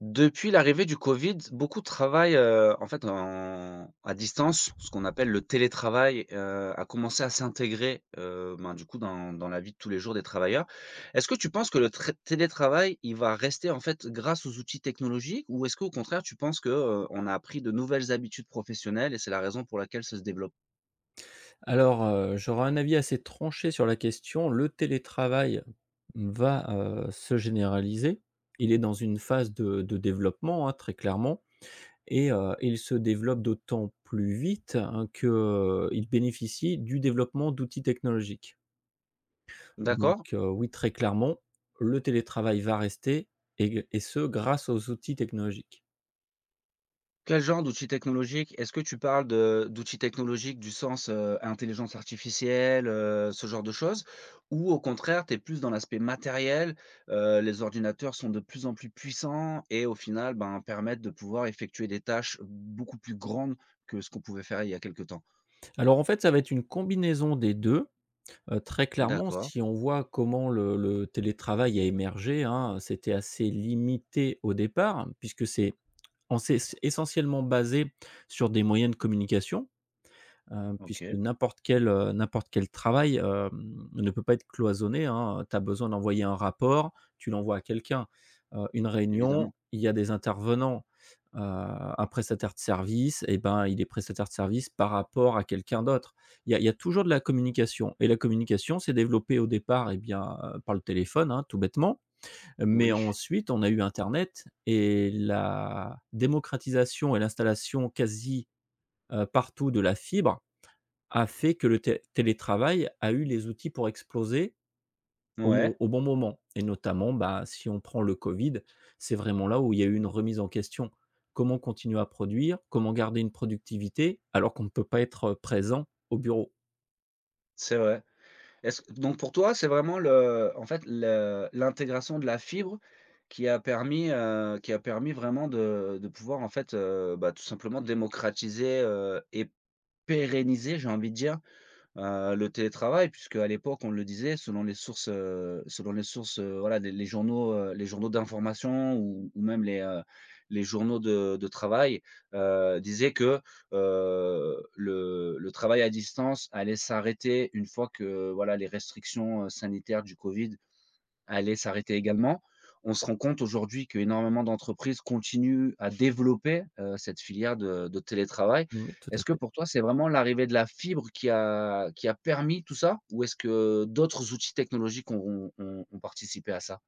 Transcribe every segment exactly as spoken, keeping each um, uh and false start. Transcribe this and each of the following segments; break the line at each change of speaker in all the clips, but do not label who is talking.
Depuis l'arrivée du Covid, beaucoup travaillent, heu, en fait, en à distance. Ce qu'on appelle le télétravail, heu, a commencé à s'intégrer, heu, ben, du coup, dans dans la vie de tous les jours des travailleurs. Est-ce que tu penses que le tré télétravail, il va rester, en fait, grâce aux outils technologiques? Ou est-ce qu'au contraire, tu penses que, heu, on a appris de nouvelles habitudes professionnelles et c'est la raison pour laquelle ça se développe?
Alors, heu, j'aurais un avis assez tranché sur la question. Le télétravail va, heu, se généraliser. Il est dans une phase de de développement, hein, très clairement et heu, il se développe d'autant plus vite, hein, que, euh, il bénéficie du développement d'outils technologiques. Donc,
D'accord.
heu, oui, très clairement, le télétravail va rester et et ce grâce aux outils technologiques.
Quel genre d'outils technologiques? Est-ce que tu parles de d'outils technologiques du sens, heu, intelligence artificielle, heu, ce genre de choses? Ou au contraire, tu es plus dans l'aspect matériel, heu, les ordinateurs sont de plus en plus puissants et au final, ben, permettent de pouvoir effectuer des tâches beaucoup plus grandes que ce qu'on pouvait faire il y a quelques temps?
Alors en fait, ça va être une combinaison des deux. Heu, très clairement,
D'accord,
si on voit comment le le télétravail a émergé, hein, c'était assez limité au départ, puisque c'est on s'est essentiellement basé sur des moyens de communication. Heu, puisque
OK,
n'importe quel, heu, n'importe quel travail, hem, ne peut pas être cloisonné, hein, tu as besoin d'envoyer un rapport, tu l'envoies à quelqu'un. Heu, une réunion,
évidemment.
il y a des intervenants. Heu, un prestataire de service et ben, il est prestataire de service par rapport à quelqu'un d'autre. Il y a il y a toujours de la communication et la communication s'est développée au départ et bien, heu, par le téléphone, hein, tout bêtement. Mais
Oui,
ensuite, on a eu internet et la démocratisation et l'installation quasi, heu, partout de la fibre a fait que le té télétravail a eu les outils pour exploser au mo
ouais,
au bon moment et notamment, bah, si on prend le Covid, c'est vraiment là où il y a eu une remise en question. Comment continuer à produire? Comment garder une productivité alors qu'on ne peut pas être, euh, présent au bureau?
c'est vrai. Est-ce donc pour toi, c'est vraiment le en fait, le l'intégration de la fibre qui a permis, heu, qui a permis vraiment de de pouvoir en fait, heu, bah, tout simplement démocratiser, heu et pérenniser, j'ai envie de dire, Heu, le télétravail puisque à l'époque, on le disait, selon les sources, heu, selon les sources, heu, voilà, les les journaux, heu, les journaux d'information ou ou même les, heu, les journaux de de travail, heu, disaient que, heu, le le travail à distance allait s'arrêter une fois que, voilà, les restrictions, heu, sanitaires du covid allait s'arrêter également. On se rend compte aujourd'hui qu'énormément d'entreprises continuent à développer, heu, cette filière de de télétravail.
Mmh, tout à
Est-ce que
fait.
pour toi, c'est vraiment l'arrivée de la fibre qui a qui a permis tout ça? Ou est-ce que d'autres outils technologiques ont ont ont participé à ça?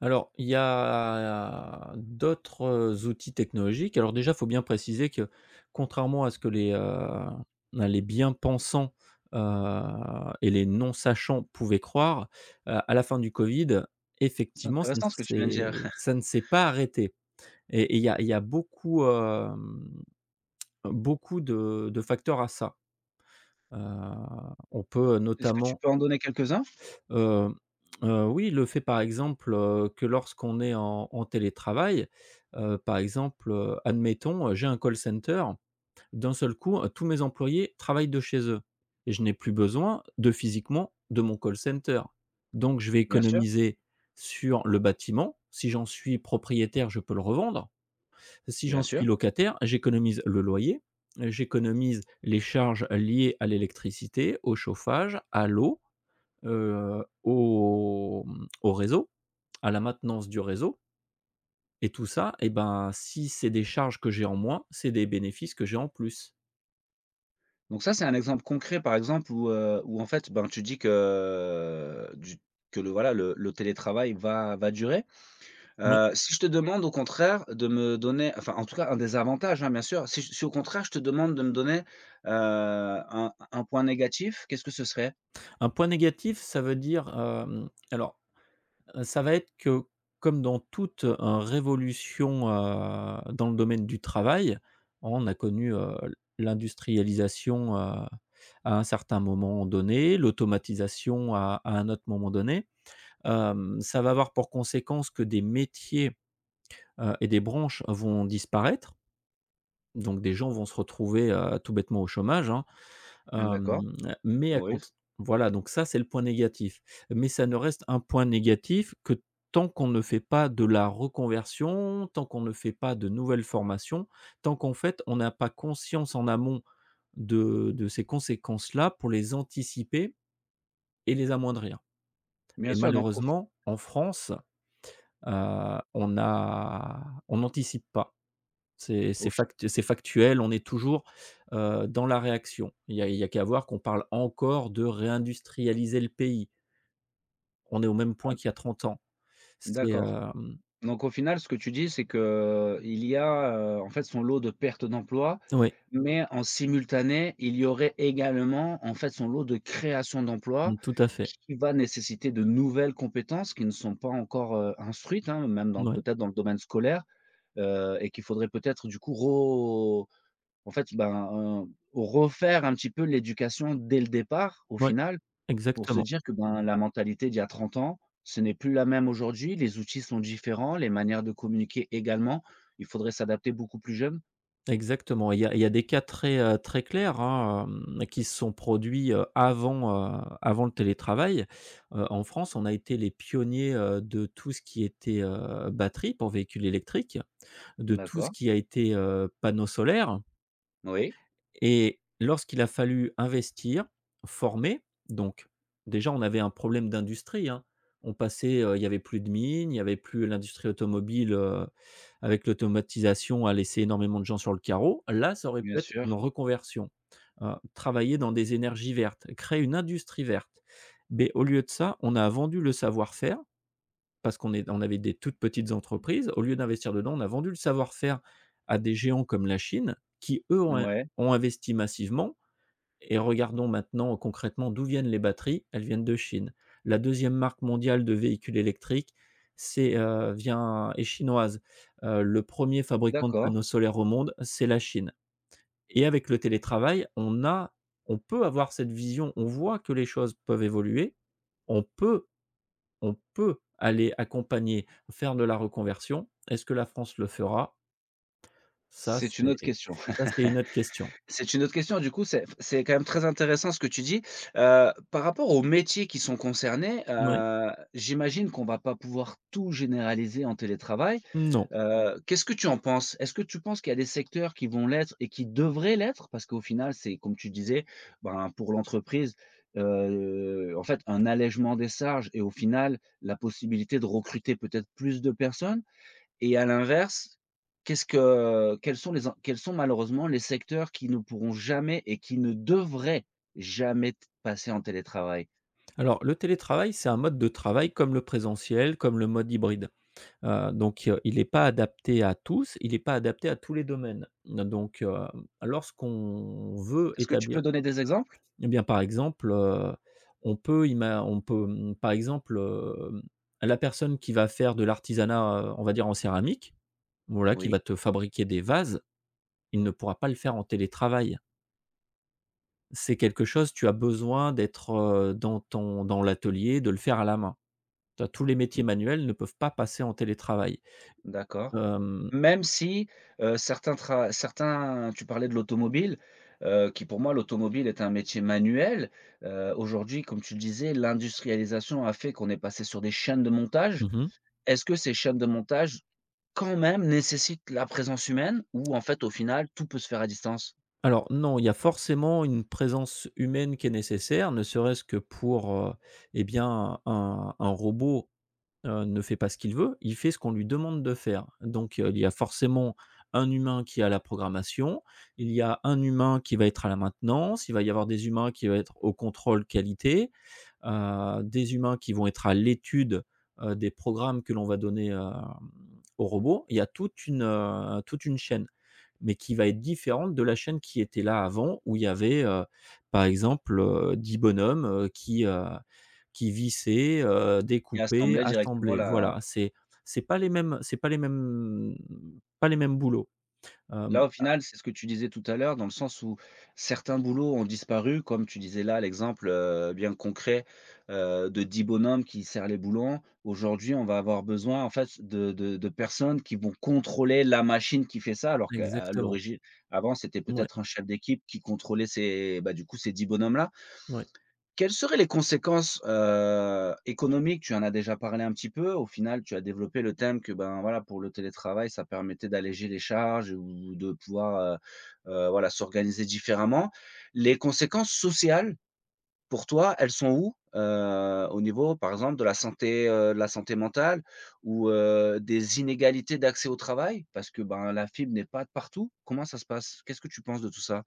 Alors, il y a d'autres, heu, outils technologiques. Alors déjà, il faut bien préciser que contrairement à ce que les, heu, les bien-pensants, heu et les non-sachants pouvaient croire, heu, à la fin du covid,
C'est
effectivement, ça ne
intéressant ce que tu viens de dire.
s'est ça ne s'est pas arrêté et et il y a il y a beaucoup, hem, beaucoup de de facteurs à ça. Heu, on peut
Est-ce que tu
notamment.
peux en donner quelques-uns?
Heu, heu, oui, le fait, par exemple, heu, que lorsqu'on est en en télétravail, heu, par exemple, heu, admettons, heu, j'ai un call center, d'un seul coup, heu, tous mes employés travaillent de chez eux et je n'ai plus besoin de physiquement de mon call center. Donc je vais
Bien sûr,
économiser sur le bâtiment. Si j'en suis propriétaire, je peux le revendre. Si
bien
j'en
sûr.
suis locataire, j'économise le loyer, euh, j'économise les charges liées à l'électricité, au chauffage, à l'eau, Heu, au mmh, au réseau, à la maintenance du réseau et tout ça. Et ben, si c'est des charges que j'ai en moins, c'est des bénéfices que j'ai en plus.
Donc ça, c'est un exemple concret, par exemple, où, heu, où en fait, ben, tu dis que euh, du que le voilà, le le télétravail va va durer.
Ouais.
Heu, si je te demande au contraire de me donner enfin, en tout cas, un des avantages, hein, bien sûr, si si au contraire je te demande de me donner, heu, un un point négatif, qu'est-ce que ce serait?
Un point négatif, ça veut dire, hem, alors, heu, ça va être que comme dans toute, heu, révolution, heu, dans le domaine du travail, on a connu, heu, l'industrialisation, heu, à un certain moment donné, l'automatisation à à un autre moment donné. Hem, ça va avoir pour conséquence que des métiers heu et des branches vont disparaître, donc des gens vont se retrouver, heu, tout bêtement au chômage, hein,
D'accord,
hem, mais à cont
oui,
voilà, donc ça, c'est le point négatif, mais ça ne reste un point négatif que tant qu'on ne fait pas de la reconversion, tant qu'on ne fait pas de nouvelles formations, tant qu'en fait, on n'a pas conscience en amont de de ces conséquences-là pour les anticiper et les amoindrir.
bien
Et
sûr, donc au fi
malheureusement, en France, heu, on a on n'anticipe pas. C'est
au
c'est
fi
fact c'est factuel, on est toujours, heu, dans la réaction. Il y a il y a qu'à voir qu'on parle encore de réindustrialiser le pays. On est au même point qu'il y a trente ans. C'est,
d'accord.
hem
Donc au final, ce que tu dis, c'est que euh, il y a, heu, en fait, son lot de pertes d'emplois.
Oui,
Mais en simultané, il y aurait également, en fait, son lot de création d'emplois
mmh, tout à fait.
qui va nécessiter de nouvelles compétences qui ne sont pas encore, heu, instruites, hein, même dans le
Oui,
peut-être dans le domaine scolaire, heu et qu'il faudrait peut-être du coup ro en fait, ben, heu, refaire un petit peu l'éducation dès le départ, au
oui,
final, pour se
exactement,
dire que, ben, la mentalité d'il y a trente ans, ce n'est plus la même aujourd'hui, les outils sont différents, les manières de communiquer également. Il faudrait s'adapter beaucoup plus jeune.
exactement. Il y a il y a des cas très, heu, très clairs, hein, hem, qui se sont produits, heu, avant, heu, avant le télétravail. Heu, en France, on a été les pionniers, heu, de tout ce qui était, heu, batterie pour véhicules électriques, de tout ce
D'accord.
qui a été, heu, panneaux solaires.
Oui,
Et lorsqu'il a fallu investir, former, donc déjà on avait un problème d'industrie, hein. On passait, heu, il n'y avait plus de mines, il n'y avait plus l'industrie automobile, heu, avec l'automatisation a laissé énormément de gens sur le carreau. Là, ça aurait pu
bien
être une
sûr.
reconversion, heu, travailler dans des énergies vertes, créer une industrie verte. Mais au lieu de ça, on a vendu le savoir-faire parce qu'on est on avait des toutes petites entreprises. Au lieu d'investir dedans, on a vendu le savoir-faire à des géants comme la Chine qui, eux, ont
Ouais,
ont investi massivement. Et regardons maintenant euh, concrètement d'où viennent les batteries, elles viennent de Chine. La deuxième marque mondiale de véhicules électriques, c'est, heu, vient est chinoise. Heu, le premier fabricant de
d'accord.
panneaux solaires au monde, c'est la Chine. Et avec le télétravail, on a on peut avoir cette vision, on voit que les choses peuvent évoluer, on peut on peut aller accompagner, faire de la reconversion. Est-ce que la France le fera? Ça,
C'est une autre
c'est
question.
ça, c'est une autre question.
C'est une autre question, du coup, c'est c'est quand même très intéressant ce que tu dis. Heu, par rapport aux métiers qui sont concernés,
Mouais.
heu, j'imagine qu'on va pas pouvoir tout généraliser en télétravail.
Non.
Heu, qu'est-ce que tu en penses? Est-ce que tu penses qu'il y a des secteurs qui vont l'être et qui devraient l'être? Parce qu'au final, c'est comme tu disais, ben, pour l'entreprise, heu, en fait, un allègement des charges et au final, la possibilité de recruter peut-être plus de personnes. Et à l'inverse, qu'est-ce que quels sont les en quels sont malheureusement les secteurs qui ne pourront jamais et qui ne devraient jamais t passer en télétravail?
Alors, le télétravail, c'est un mode de travail comme le présentiel, comme le mode hybride. Heu, donc, heu, il n'est pas adapté à tous, il n'est pas adapté à tous les domaines. Donc, heu, lorsqu'on veut
Est-ce que tu peux
établir,
donner des exemples?
eh bien, par exemple, heu, on peut ima on peut, mmh, par exemple, hem, la personne qui va faire de l'artisanat, heu, on va dire en céramique. Voilà, qui
Oui,
va te fabriquer des vases, il ne pourra pas le faire en télétravail. C'est quelque chose, tu as besoin d'être, heu, dans ton dans l'atelier, de le faire à la main. Tu Tous les métiers manuels ne peuvent pas passer en télétravail.
d'accord.
Hem
Même si, heu, certains tra certains tu parlais de l'automobile, heu, qui pour moi l'automobile est un métier manuel. Heu, aujourd'hui, comme tu le disais, l'industrialisation a fait qu'on est passé sur des chaînes de montage.
mmh
Est-ce que ces chaînes de montage quand même, nécessite la présence humaine ou en fait, au final, tout peut se faire à distance
Alors non, il y a forcément une présence humaine qui est nécessaire, ne serait-ce que pour, heu, eh bien, un un robot heu, ne fait pas ce qu'il veut, il fait ce qu'on lui demande de faire. Donc, heu, il y a forcément un humain qui est à la programmation, il y a un humain qui va être à la maintenance, il va y avoir des humains qui vont être au contrôle qualité, heu, des humains qui vont être à l'étude, heu, des programmes que l'on va donner, hem, au robot. Il y a toute une, heu, toute une chaîne, mais qui va être différente de la chaîne qui était là avant où il y avait, heu, par exemple, heu, dix bonhommes, heu, qui, heu qui visser, heu,
et
découper,
assembler directement
assembler. Voilà,
la
c'est c'est pas les mêmes c'est pas les mêmes pas les mêmes boulots. Hem,
là, au final, c'est ce que tu disais tout à l'heure dans le sens où certains boulots ont disparu, comme tu disais là l'exemple, heu, bien concret, heu, de dix bonhommes qui serrent les boulons. Aujourd'hui, on va avoir besoin en fait de de de personnes qui vont contrôler la machine qui fait ça alors qu'à à
Exactement.
l'origine avant, c'était
Ouais,
peut-être un chef d'équipe qui contrôlait ces, bah, du coup, ces dix bonhommes là.
ouais.
Quelles seraient les conséquences, heu, économiques? Tu en as déjà parlé un petit peu. Au final, tu as développé le thème que, ben, voilà, pour le télétravail, ça permettait d'alléger les charges ou de pouvoir, heu heu, voilà, s'organiser différemment. Les conséquences sociales, pour toi, elles sont où? Heu, au niveau, par exemple, de la santé, heu, de la santé mentale ou, heu, des inégalités d'accès au travail? Parce que, ben, la fibre n'est pas partout. Comment ça se passe? Qu'est-ce que tu penses de tout ça?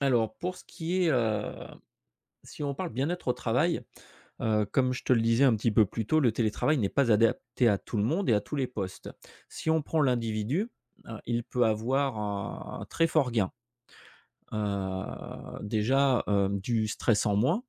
Alors pour ce qui est, heu, si on parle bien-être au travail, heu, comme je te le disais un petit peu plus tôt, le télétravail n'est pas adapté à tout le monde et à tous les postes. Si on prend l'individu, heu, il peut avoir un un très fort gain. Heu, déjà, hem, du stress en moins.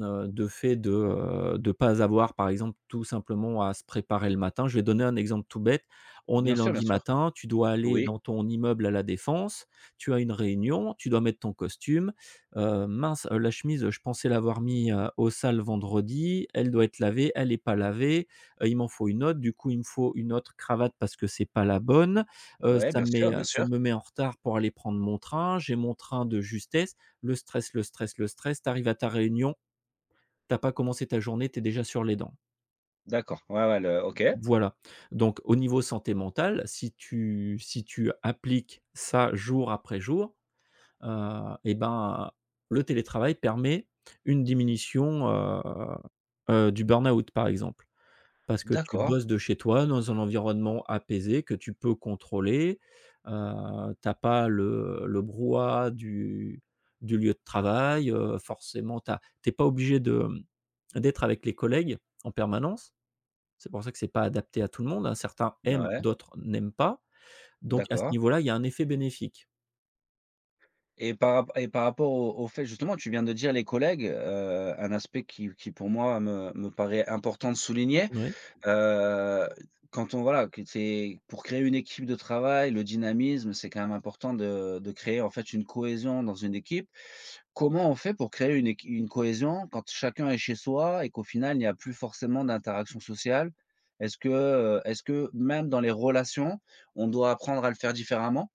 Heu, de fait de, heu, de pas avoir, par exemple, tout simplement à se préparer le matin. Je vais donner un exemple tout bête. On est
Bien sûr, bien
lundi
sûr.
matin, tu dois aller
Oui.
dans ton immeuble à La Défense, tu as une réunion, tu dois mettre ton costume. Heu, mince, heu, la chemise, je pensais l'avoir mis, heu, au sale vendredi, elle doit être lavée, elle est pas lavée. Heu, il m'en faut une autre, du coup, il me faut une autre cravate parce que c'est pas la bonne. Heu,
Ouais,
ça
bien
me
sûr,
met, euh,
bien
ça
sûr.
me met en retard pour aller prendre mon train, j'ai mon train de justesse. Le stress, le stress, le stress, tu arrives à ta réunion. T'as pas commencé ta journée, tu es déjà sur les dents.
D'accord, ouais, ouais, le OK,
Voilà. Donc au niveau santé mentale, si tu si tu appliques ça jour après jour, heu et ben, le télétravail permet une diminution, heu heu, du burn-out, par exemple. Parce que tu bosses
d'accord,
de chez toi dans un environnement apaisé que tu peux contrôler, heu, tu pas le le brouhaha du du lieu de travail, heu, forcément t'as t'es pas obligé de, mmh, d'être avec les collègues en permanence. C'est pour ça que c'est pas adapté à tout le monde, hein. Certains aiment,
ouais,
d'autres n'aiment pas. Donc à ce
d'accord.
niveau-là, il y a un effet bénéfique.
Et par rap et par rapport au au fait justement, tu viens de dire les collègues, heu, un aspect qui qui pour moi me me paraît important de souligner,
Ouais.
heu, quand on voilà, que c'est pour créer une équipe de travail, le dynamisme, c'est quand même important de de créer en fait une cohésion dans une équipe. Comment on fait pour créer une équi une cohésion quand chacun est chez soi et qu'au final, il n'y a plus forcément d'interaction sociale? Est-ce que, heu, est-ce que même dans les relations, on doit apprendre à le faire différemment?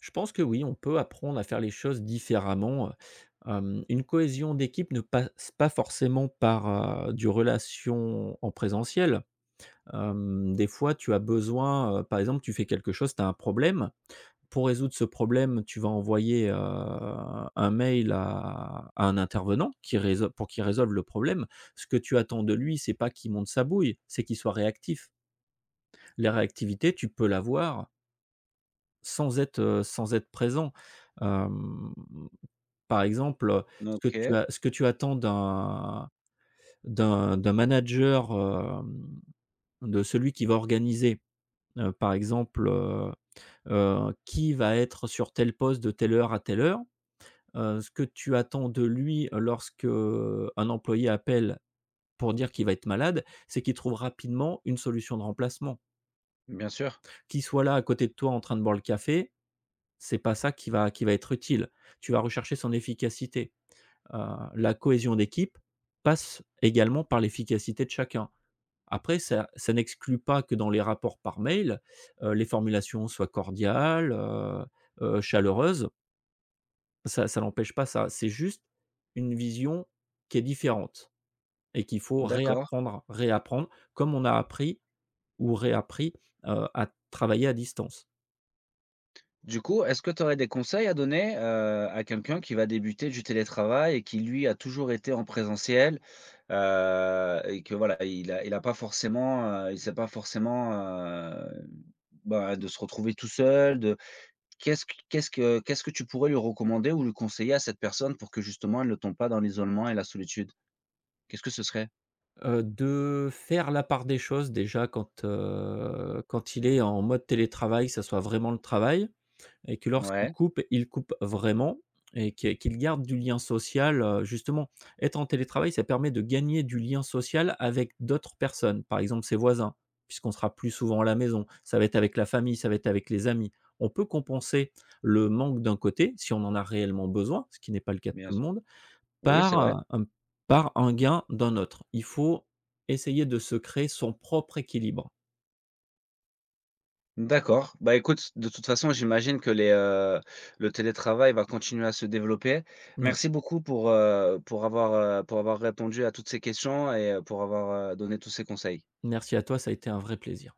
Je pense que oui, on peut apprendre à faire les choses différemment. Hem, une cohésion d'équipe ne passe pas forcément par, heu, du relation en présentiel. Hem, des fois, tu as besoin, heu, par exemple, tu fais quelque chose, tu as un problème. Pour résoudre ce problème, tu vas envoyer, heu, un mail à à un intervenant qui réso pour qu'il résolve le problème. Ce que tu attends de lui, c'est pas qu'il monte sa bouille, c'est qu'il soit réactif. La réactivité, tu peux l'avoir sans être, heu, sans être présent. Hem Par exemple, heu, ce que tu
OK,
a ce que tu attends d'un d'un d'un manager, hem, de celui qui va organiser, heu, par exemple, heu heu, qui va être sur tel poste de telle heure à telle heure. Heu, ce que tu attends de lui euh, lorsque, heu, un employé appelle pour dire qu'il va être malade, c'est qu'il trouve rapidement une solution de remplacement.
bien sûr,
Qu'il soit là à côté de toi en train de boire le café, c'est pas ça qui va qui va être utile. Tu vas rechercher son efficacité. Heu, la cohésion d'équipe passe également par l'efficacité de chacun. Après ça ça n'exclut pas que dans les rapports par mail, heu, les formulations soient cordiales, heu heu, chaleureuses. Ça ça n'empêche pas ça. C'est juste une vision qui est différente et qu'il faut
d'accord.
réapprendre réapprendre comme on a appris ou réappris, heu, à travailler à distance.
Du coup, est-ce que tu aurais des conseils à donner, heu, à quelqu'un qui va débuter du télétravail et qui, lui, a toujours été en présentiel, heu, et que voilà, il a il a pas forcément, heu, il sait pas forcément, heu, bah, de se retrouver tout seul, de Qu'est-ce que qu'est-ce que qu'est-ce que tu pourrais lui recommander ou lui conseiller à cette personne pour que justement elle ne tombe pas dans l'isolement et la solitude? Qu'est-ce que ce serait?
Heu, de faire la part des choses déjà quand, heu, quand il est en mode télétravail, que ça soit vraiment le travail. Et que lorsqu'il
Ouais,
coupe, il coupe vraiment et que qu'il garde du lien social, heu, justement, être en télétravail, ça permet de gagner du lien social avec d'autres personnes. Par exemple, ses voisins, puisqu'on sera plus souvent à la maison, ça va être avec la famille, ça va être avec les amis. On peut compenser le manque d'un côté, si on en a réellement besoin, ce qui n'est pas le cas de
bien
tout le
s
monde,
oui, c'est vrai.
par, heu, par un gain d'un autre. Il faut essayer de se créer son propre équilibre.
D'accord. Bah, écoute, de toute façon, j'imagine que les, heu, le télétravail va continuer à se développer.
Moui.
Merci beaucoup pour, heu, pour avoir, heu, pour avoir répondu à toutes ces questions et heu, pour avoir, heu, donné tous ces conseils.
Merci à toi, ça a été un vrai plaisir.